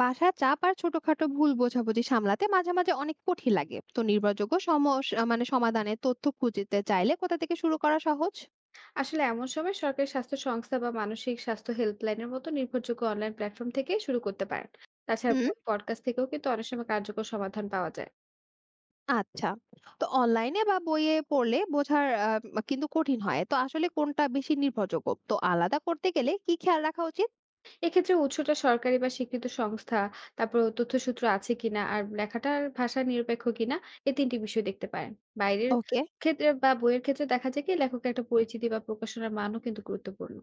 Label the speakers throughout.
Speaker 1: বাসার চাপ আর ছোটখাটো ভুল বোঝাবুঝি সামলাতে মাঝে মাঝে অনেক কঠিন লাগে। তো নির্ভরযোগ্য মানে সমাধানের তথ্য খুঁজতে চাইলে কোথা থেকে শুরু করা সহজ?
Speaker 2: আসলে এমন সময় সরকারি স্বাস্থ্য সংস্থা বা মানসিক স্বাস্থ্য হেল্পলাইনের মতো নির্ভরযোগ্য অনলাইন প্ল্যাটফর্ম থেকে শুরু করতে পারেন। তাছাড়া
Speaker 1: হুম।
Speaker 2: বই পডকাস্ট থেকেও কিন্তু অনেক সময় কার্যকর সমাধান পাওয়া যায়।
Speaker 1: আচ্ছা। তো অনলাইনে বা বইয়ে পড়লে বোঝার কিন্তু কঠিন হয়। তো আসলে কোনটা বেশি নির্ভরযোগ্য, তো আলাদা করতে গেলে কি খেয়াল রাখা উচিত?
Speaker 2: এক্ষেত্রে উৎসটা সরকারি বা স্বীকৃত সংস্থা, তারপর তথ্যসূত্র আছে কিনা আর লেখাটার ভাষা নিরপেক্ষ কিনা, এই তিনটি বিষয় দেখতে পারেন। বাইরের
Speaker 1: ওকে।
Speaker 2: ক্ষেত্রে বা বইয়ের ক্ষেত্রে দেখা যায় কি লেখকের একটা পরিচিতি বা প্রকাশনার মানও কিন্তু গুরুত্বপূর্ণ।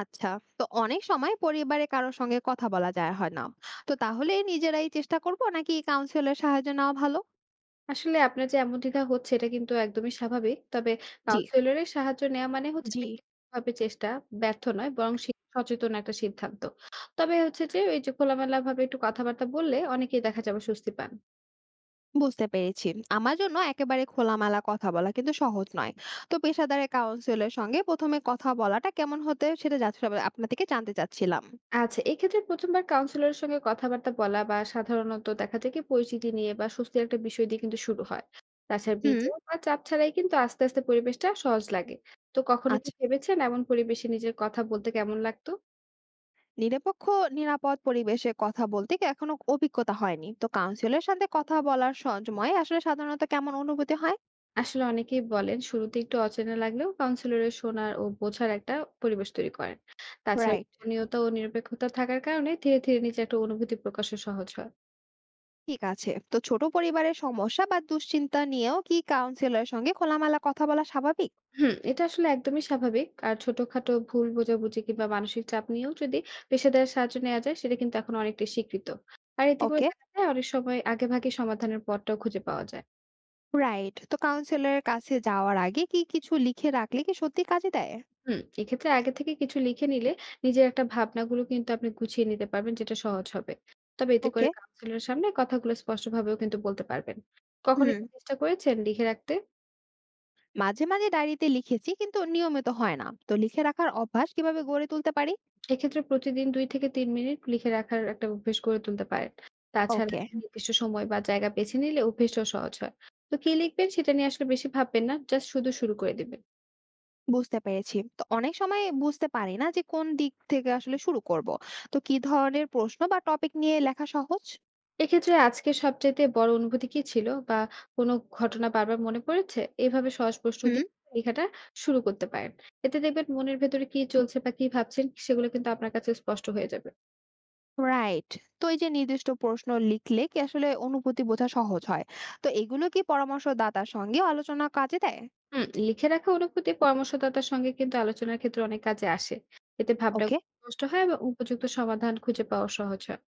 Speaker 1: আচ্ছা। তো অনেক সময় পরিবারে কারোর সঙ্গে কথা বলা যায় হয় না। তো তাহলে নিজেরাই চেষ্টা করব নাকি কাউন্সিলর সাহায্য নেওয়া ভালো?
Speaker 2: আসলে আপনার যে এমন দ্বিধা হচ্ছে এটা কিন্তু একদমই স্বাভাবিক। তবে
Speaker 1: জি।
Speaker 2: কাউন্সিলরের সাহায্য নেয়া মানে হচ্ছে
Speaker 1: জি।
Speaker 2: ব্যক্তিগতভাবে চেষ্টা ব্যর্থ নয়, বরং সে সচেতন একটা সিদ্ধান্ত। তবে হচ্ছে যে ওই যে খোলামেলাভাবে একটু কথাবার্তা বললে অনেকেই দেখা যাবে স্বস্তি পান।
Speaker 1: বুঝতে পেরেছি। আমার জন্য একেবারে খোলামেলা কথা বলা কিন্তু সহজ নয়। তো পেশাদার কাউন্সিলর সঙ্গে ১ম এ কথা বলাটা কেমন হতে সেটা যাচ্ছিল আপনার থেকে জানতে চাচ্ছিলাম।
Speaker 2: আচ্ছা, এক্ষেত্রে ১ম বার কাউন্সিলরের সঙ্গে কথাবার্তা বলা বা সাধারণত দেখা যায় কি পরিচিতি নিয়ে বা স্বস্তির একটা বিষয় দিয়ে কিন্তু শুরু হয়। তাছাড়া
Speaker 1: হুম।
Speaker 2: বিচার বা চাপ ছাড়াই কিন্তু আস্তে, আস্তে পরিবেশটা সহজ লাগে। তো কখনো কি
Speaker 1: আচ্ছা।
Speaker 2: ভেবেছেন এমন পরিবেশে নিজের কথা বলতে কেমন লাগতো?
Speaker 1: নিরপেক্ষ নিরাপদ পরিবেশে কথা বলতে কি এখনো অভিজ্ঞতা হয়নি। তো কাউন্সিলরের সাথে কথা বলার সময় আসলে সাধারণত কেমন অনুভূতি হয়?
Speaker 2: আসলে অনেকেই বলেন শুরুতে একটু অচেনা লাগলেও কাউন্সিলরের শোনার ও বোঝার একটা পরিবেশ তৈরি করেন। তাছাড়া
Speaker 1: রাইট।
Speaker 2: গোপনীয়তা ও নিরপেক্ষতা থাকার কারণে ধীরে ধীরে নিজের একটা অনুভূতি প্রকাশও সহজ হয়।
Speaker 1: ঠিক আছে। তো ছোট পরিবারের সমস্যা বা দুশ্চিন্তা নিয়েও কি কাউন্সিলরের সঙ্গে খোলামেলা কথা বলা স্বাভাবিক?
Speaker 2: হুম, এটা আসলে একদমই স্বাভাবিক। আর ছোটখাটো ভুল বোঝাবুঝি কিংবা মানসিক চাপ নিয়েও যদি পেশাদার সাহায্য নেওয়া যায় সেটা কিন্তু এখন অনেকটাই স্বীকৃত। আর এতে করে
Speaker 1: ওকে।
Speaker 2: দেখা যায় অনেক সময় আগেভাগে সমাধানের পথটাও খুঁজে পাওয়া যায়।
Speaker 1: রাইট। তো কাউন্সিলরের কাছে যাওয়ার আগে কি কিছু লিখে রাখলে কি সত্যি কাজে দেয়?
Speaker 2: হুম, এক্ষেত্রে আগে থেকে কিছু লিখে নিলে নিজের একটা ভাবনাগুলো কিন্তু আপনি গুছিয়ে নিতে পারবেন, যেটা সহজ হবে। তবে এতে করে
Speaker 1: ওকে।
Speaker 2: কাউন্সিলরের সামনে কথাগুলো স্পষ্টভাবেও কিন্তু বলতে পারবেন। কখনো
Speaker 1: হুম
Speaker 2: কি চেষ্টা করেছেন লিখে রাখতে?
Speaker 1: মাঝে মাঝে ডায়েরিতে লিখেছি কিন্তু নিয়মিত হয় না। তো লিখে রাখার অভ্যাস কিভাবে গড়ে তুলতে পারি?
Speaker 2: এক্ষেত্রে প্রতিদিন ২ থেকে ৩ মিনিট লিখে রাখার একটা অভ্যেস গড়ে তুলতে পারেন। তাছাড়া
Speaker 1: ওকে,
Speaker 2: নির্দিষ্ট সময় বা জায়গা বেছে নিলে অভ্যেসটাও সহজ হয়। তো কি লিখবেন সেটা নিয়ে আসলে বেশি ভাববেন না, জাস্ট শুধু শুরু করে দিবেন।
Speaker 1: বুঝতে পেরেছি। তো অনেক সময় বুঝতে পারি না যে কোন দিক থেকে আসলে শুরু করব। তো কি ধরনের প্রশ্ন বা টপিক নিয়ে লেখা সহজ?
Speaker 2: এক্ষেত্রে আজকে সবচাইতে বড় অনুভূতি কি ছিল? বা কোনো ঘটনা বারবার মনে পড়েছে? এভাবে সহজ প্রশ্ন
Speaker 1: হুম।
Speaker 2: দিয়ে লেখাটা শুরু করতে পারেন। এতে দেখবেন মনের ভেতরে কি চলছে বা কি ভাবছেন সেগুলো কিন্তু আপনার কাছে স্পষ্ট হয়ে যাবে।
Speaker 1: রাইট। তো এই যে নির্দিষ্ট প্রশ্ন লিখলে কি আসলে অনুভূতি বোঝা সহজ হয়। তো এগুলো কি পরামর্শদাতার সঙ্গে আলোচনা কাজে দেয়?
Speaker 2: হুম, লিখে রাখা অনুভূতি পরামর্শদাতার সঙ্গে কিন্তু আলোচনার ক্ষেত্রে অনেক কাজে আসে। এতে ভাবনা
Speaker 1: ওকে।
Speaker 2: স্পষ্ট হয় এবং উপযুক্ত সমাধান খুঁজে পাওয়া সহজ হয়।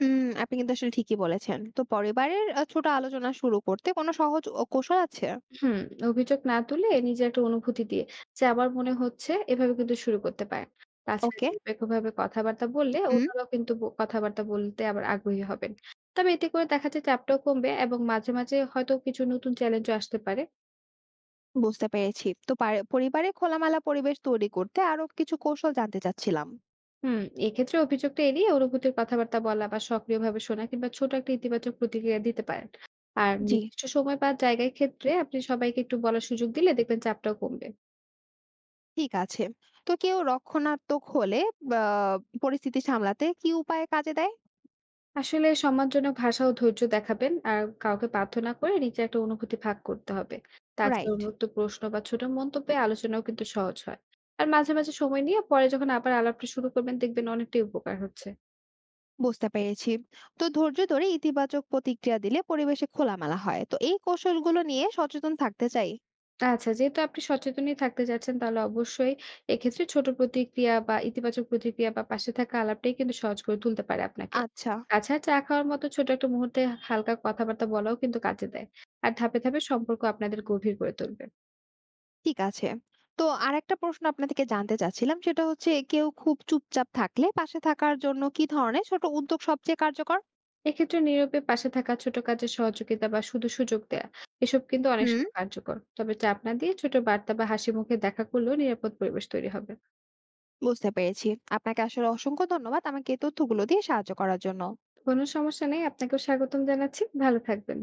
Speaker 1: হুম, আপনি কিন্তু আসলে ঠিকই বলেছেন। তো পরিবারের ছোট আলোচনা শুরু করতে কোনো সহজ কৌশল আছে?
Speaker 2: হুম, অভিযোগ না তুলে নিজের একটা অনুভূতি দিয়ে যে আমার মনে হচ্ছে, এভাবে কিন্তু শুরু করতে পারেন। তাছাড়া
Speaker 1: ওকে।
Speaker 2: নিরপেক্ষভাবে কথাবার্তা বললে
Speaker 1: হুম,
Speaker 2: অন্যরাও কিন্তু কথাবার্তা বলতে আবার আগ্রহী হবেন। তবে এতে করে দেখা যায় চাপটাও কমবে, এবং মাঝে, মাঝে হয়তো কিছু নতুন চ্যালেঞ্জও আসতে পারে।
Speaker 1: বুঝতে পেরেছি। তো পরিবারে খোলামেলা পরিবেশ তৈরি করতে আরো কিছু কৌশল জানতে চাচ্ছিলাম।
Speaker 2: হুম, এক্ষেত্রে অভিযোগটা এড়িয়ে অনুভূতির কথাবার্তা বলা বা সক্রিয়ভাবে শোনা কিংবা ছোট একটা ইতিবাচক প্রতিক্রিয়া দিতে পারেন। আর
Speaker 1: জি,
Speaker 2: নির্দিষ্ট সময় বা জায়গায় ক্ষেত্রে আপনি সবাইকে একটু বলার সুযোগ দিলে দেখবেন চাপটাও কমবে।
Speaker 1: ঠিক আছে। তো কেউ রক্ষণাত্মক হলে বা পরিস্থিতি সামলাতে কি উপায়ে কাজে দেয়?
Speaker 2: আসলে সম্মানজনক ভাষা ও ধৈর্য দেখাবেন, আর কাউকে বাধ্য না করে নিজের একটা অনুভূতি ভাগ করতে হবে। তাছাড়া
Speaker 1: রাইট,
Speaker 2: উন্মুক্ত প্রশ্ন বা ছোট মন্তব্যে আলোচনাও কিন্তু সহজ হয়। আর মাঝে মাঝে সময় নিয়ে পরে যখন আবার আলাপটা শুরু করবেন দেখবেন অনেকটাই উপকার হচ্ছে।
Speaker 1: বুঝতে পেরেছি। তো ধৈর্য ধরে ইতিবাচক প্রতিক্রিয়া দিলে পরিবেশে খোলামেলা হয়। তো এই কৌশলগুলো নিয়ে সচেতন থাকতে চাই।
Speaker 2: আচ্ছা, যেহেতু আপনি সচেতনই থাকতে চাচ্ছেন তাহলে অবশ্যই এক্ষেত্রে ছোট প্রতিক্রিয়া বা ইতিবাচক প্রতিক্রিয়া বা পাশে থাকা আলাপটাই কিন্তু সহজ করে তুলতে পারে আপনাকে।
Speaker 1: আচ্ছা।
Speaker 2: তাছাড়া চা খাওয়ার মতো ছোট একটা মুহূর্তে হালকা কথাবার্তা বলাও কিন্তু কাজে দেয়। আর ধাপে ধাপে সম্পর্ক আপনাদের গভীর করে তুলবে।
Speaker 1: ঠিক আছে। তো আরেকটা প্রশ্ন আপনার থেকে জানতে চাচ্ছিলাম। সেটা হচ্ছে কেউ খুব চুপচাপ থাকলে পাশে থাকার জন্য কি ধরনের ছোট উদ্যোগ সবচেয়ে কার্যকর?
Speaker 2: এক্ষেত্রে নীরবে পাশে থাকা, ছোট কাজে সহযোগিতা বা শুধু সুযোগ দেয়া, এসব কিন্তু অনেক
Speaker 1: হুম।
Speaker 2: সময় কার্যকর। তবে চাপ না দিয়ে ছোট বার্তা বা হাসি মুখে দেখা করলেও নিরাপদ পরিবেশ তৈরি হবে।
Speaker 1: বুঝতে পেরেছি। আপনাকে আসলে অসংখ্য ধন্যবাদ আমাকে এই তথ্যগুলো দিয়ে সাহায্য করার জন্য।
Speaker 2: কোনো সমস্যা নেই, আপনাকেও স্বাগতম জানাচ্ছি। ভালো থাকবেন।